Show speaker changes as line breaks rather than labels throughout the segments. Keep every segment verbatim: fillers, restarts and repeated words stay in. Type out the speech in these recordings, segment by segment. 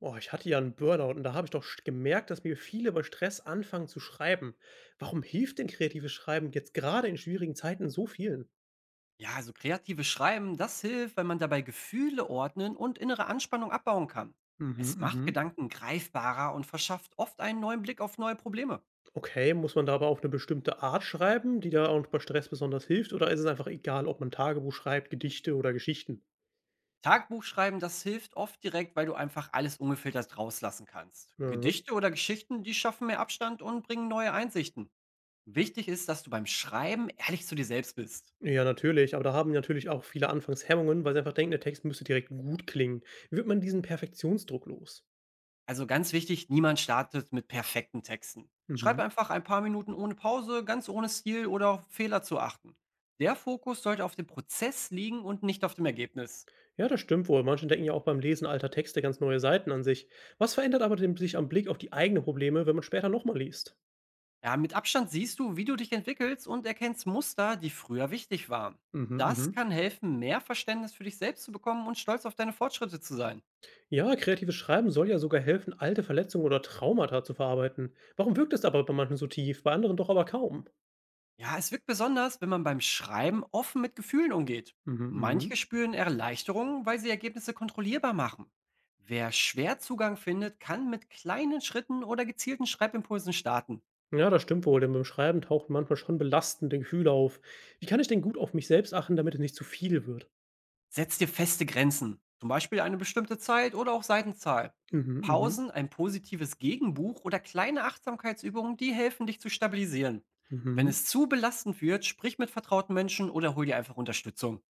Boah, ich hatte ja einen Burnout und da habe ich doch sch gemerkt, dass mir viele über Stress anfangen zu schreiben. Warum hilft denn kreatives Schreiben jetzt gerade in schwierigen Zeiten so vielen?
Ja, also kreatives Schreiben, das hilft, weil man dabei Gefühle ordnen und innere Anspannung abbauen kann.
Mhm,
Es macht
mhm.
Gedanken greifbarer und verschafft oft einen neuen Blick auf neue Probleme.
Okay, muss man da aber auf eine bestimmte Art schreiben, die da auch bei Stress besonders hilft, oder ist es einfach egal, ob man Tagebuch schreibt, Gedichte oder Geschichten?
Tagebuchschreiben, das hilft oft direkt, weil du einfach alles ungefiltert rauslassen kannst.
Mhm.
Gedichte oder Geschichten, die schaffen mehr Abstand und bringen neue Einsichten. Wichtig ist, dass du beim Schreiben ehrlich zu dir selbst bist.
Ja, natürlich, aber da haben natürlich auch viele anfangs Hemmungen, weil sie einfach denken, der Text müsste direkt gut klingen. Wie wird man diesen Perfektionsdruck los?
Also ganz wichtig, niemand startet mit perfekten Texten. Schreib
Mhm.
einfach ein paar Minuten ohne Pause, ganz ohne Stil oder auf Fehler zu achten. Der Fokus sollte auf dem Prozess liegen und nicht auf dem Ergebnis.
Ja, das stimmt wohl. Manche entdecken ja auch beim Lesen alter Texte ganz neue Seiten an sich. Was verändert aber den, sich am Blick auf die eigenen Probleme, wenn man später nochmal liest?
Ja, mit Abstand siehst du, wie du dich entwickelst und erkennst Muster, die früher wichtig waren.
Mhm,
Das
mhm.
kann helfen, mehr Verständnis für dich selbst zu bekommen und stolz auf deine Fortschritte zu sein.
Ja, kreatives Schreiben soll ja sogar helfen, alte Verletzungen oder Traumata zu verarbeiten. Warum wirkt es aber bei manchen so tief, bei anderen doch aber kaum?
Ja, es wirkt besonders, wenn man beim Schreiben offen mit Gefühlen umgeht.
Mhm,
Manche
mhm.
spüren Erleichterung, weil sie Ergebnisse kontrollierbar machen. Wer schwer Zugang findet, kann mit kleinen Schritten oder gezielten Schreibimpulsen starten.
Ja, das stimmt wohl, denn beim Schreiben tauchen manchmal schon belastende Gefühle auf. Wie kann ich denn gut auf mich selbst achten, damit es nicht zu viel wird?
Setz dir feste Grenzen, zum Beispiel eine bestimmte Zeit oder auch Seitenzahl.
Mhm, mhm.
Pausen, ein positives Gegenbuch oder kleine Achtsamkeitsübungen, die helfen dich zu stabilisieren. Wenn
Mhm.
es zu belastend wird, sprich mit vertrauten Menschen oder hol dir einfach Unterstützung.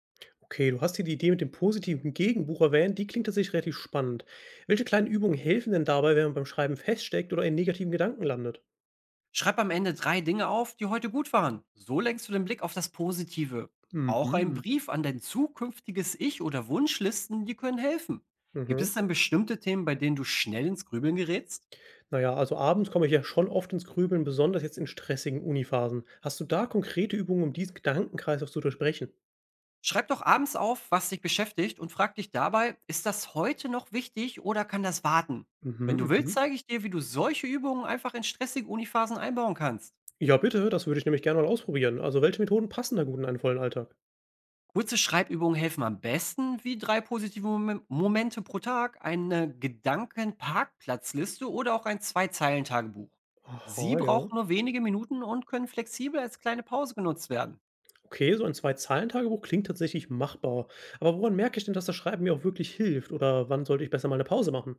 Okay, du hast hier die Idee mit dem positiven Gegenbuch erwähnt, die klingt tatsächlich relativ spannend. Welche kleinen Übungen helfen denn dabei, wenn man beim Schreiben feststeckt oder in negativen Gedanken landet?
Schreib am Ende drei Dinge auf, die heute gut waren. So lenkst du den Blick auf das Positive. Auch ein
Mhm.
Brief an dein zukünftiges Ich oder Wunschlisten, die können helfen. Gibt es
Mhm.
denn bestimmte Themen, bei denen du schnell ins Grübeln gerätst?
Naja, also abends komme ich ja schon oft ins Grübeln, besonders jetzt in stressigen Uniphasen. Hast du da konkrete Übungen, um diesen Gedankenkreis auch zu durchbrechen?
Schreib doch abends auf, was dich beschäftigt und frag dich dabei, ist das heute noch wichtig oder kann das warten? Wenn du
Mhm,
willst,
mhm.
zeige ich dir, wie du solche Übungen einfach in stressige Uniphasen einbauen kannst.
Ja, bitte, das würde ich nämlich gerne mal ausprobieren. Also, welche Methoden passen da gut in einen vollen Alltag?
Kurze Schreibübungen helfen am besten, wie drei positive Mom Momente pro Tag, eine Gedankenparkplatzliste oder auch ein Zwei-Zeilen-Tagebuch.
Aha,
Sie
ja.
brauchen nur wenige Minuten und können flexibel als kleine Pause genutzt werden.
Okay, so ein zwei zahlen tagebuch klingt tatsächlich machbar. Aber woran merke ich denn, dass das Schreiben mir auch wirklich hilft? Oder wann sollte ich besser mal eine Pause machen?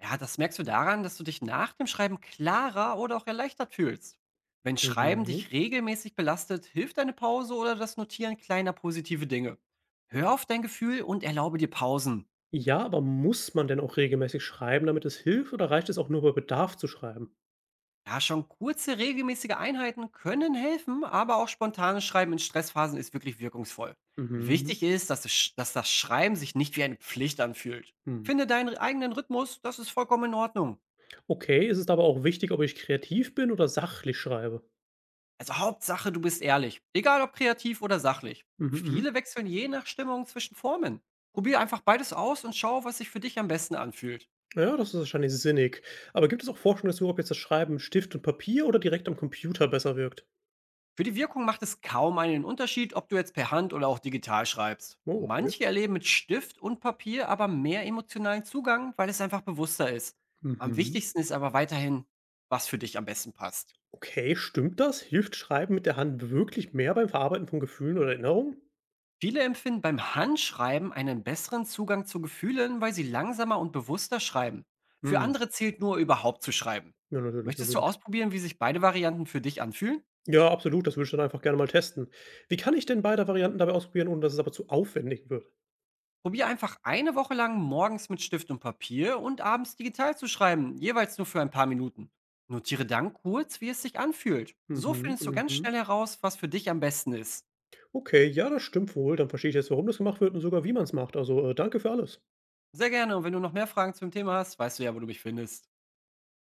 Ja, das merkst du daran, dass du dich nach dem Schreiben klarer oder auch erleichtert fühlst. Wenn Schreiben dich
Mhm.
regelmäßig belastet, hilft eine Pause oder das Notieren kleiner positive Dinge. Hör auf dein Gefühl und erlaube dir Pausen.
Ja, aber muss man denn auch regelmäßig schreiben, damit es hilft? Oder reicht es auch nur bei Bedarf zu schreiben?
Ja, schon kurze, regelmäßige Einheiten können helfen, aber auch spontanes Schreiben in Stressphasen ist wirklich wirkungsvoll.
Mhm.
Wichtig ist, dass, es, sch- dass das Schreiben sich nicht wie eine Pflicht anfühlt.
Hm.
Finde deinen eigenen Rhythmus, das ist vollkommen in Ordnung.
Okay, ist es aber auch wichtig, ob ich kreativ bin oder sachlich schreibe?
Also Hauptsache, du bist ehrlich, egal ob kreativ oder sachlich.
Mhm, mhm.
Viele wechseln je nach Stimmung zwischen Formen. Probier einfach beides aus und schau, was sich für dich am besten anfühlt.
Ja, das ist wahrscheinlich sinnig. Aber gibt es auch Forschung dazu, ob jetzt das Schreiben mit Stift und Papier oder direkt am Computer besser wirkt?
Für die Wirkung macht es kaum einen Unterschied, ob du jetzt per Hand oder auch digital schreibst.
Oh, okay.
Manche erleben mit Stift und Papier aber mehr emotionalen Zugang, weil es einfach bewusster ist. Am
Mhm.
wichtigsten ist aber weiterhin, was für dich am besten passt.
Okay, stimmt das? Hilft Schreiben mit der Hand wirklich mehr beim Verarbeiten von Gefühlen oder Erinnerungen?
Viele empfinden beim Handschreiben einen besseren Zugang zu Gefühlen, weil sie langsamer und bewusster schreiben. Für
Hm.
andere zählt nur überhaupt zu schreiben.
Ja, natürlich,
Möchtest du
natürlich.
ausprobieren, wie sich beide Varianten für dich anfühlen?
Ja, absolut, das würde ich dann einfach gerne mal testen. Wie kann ich denn beide Varianten dabei ausprobieren, ohne dass es aber zu aufwendig wird?
Probier einfach eine Woche lang morgens mit Stift und Papier und abends digital zu schreiben, jeweils nur für ein paar Minuten. Notiere dann kurz, wie es sich anfühlt. So
Mhm,
findest du ganz
mhm.
schnell heraus, was für dich am besten ist.
Okay, ja, das stimmt wohl. Dann verstehe ich jetzt, warum das gemacht wird und sogar wie man es macht. Also äh, danke für alles.
Sehr gerne und wenn du noch mehr Fragen zum Thema hast, weißt du ja, wo du mich findest.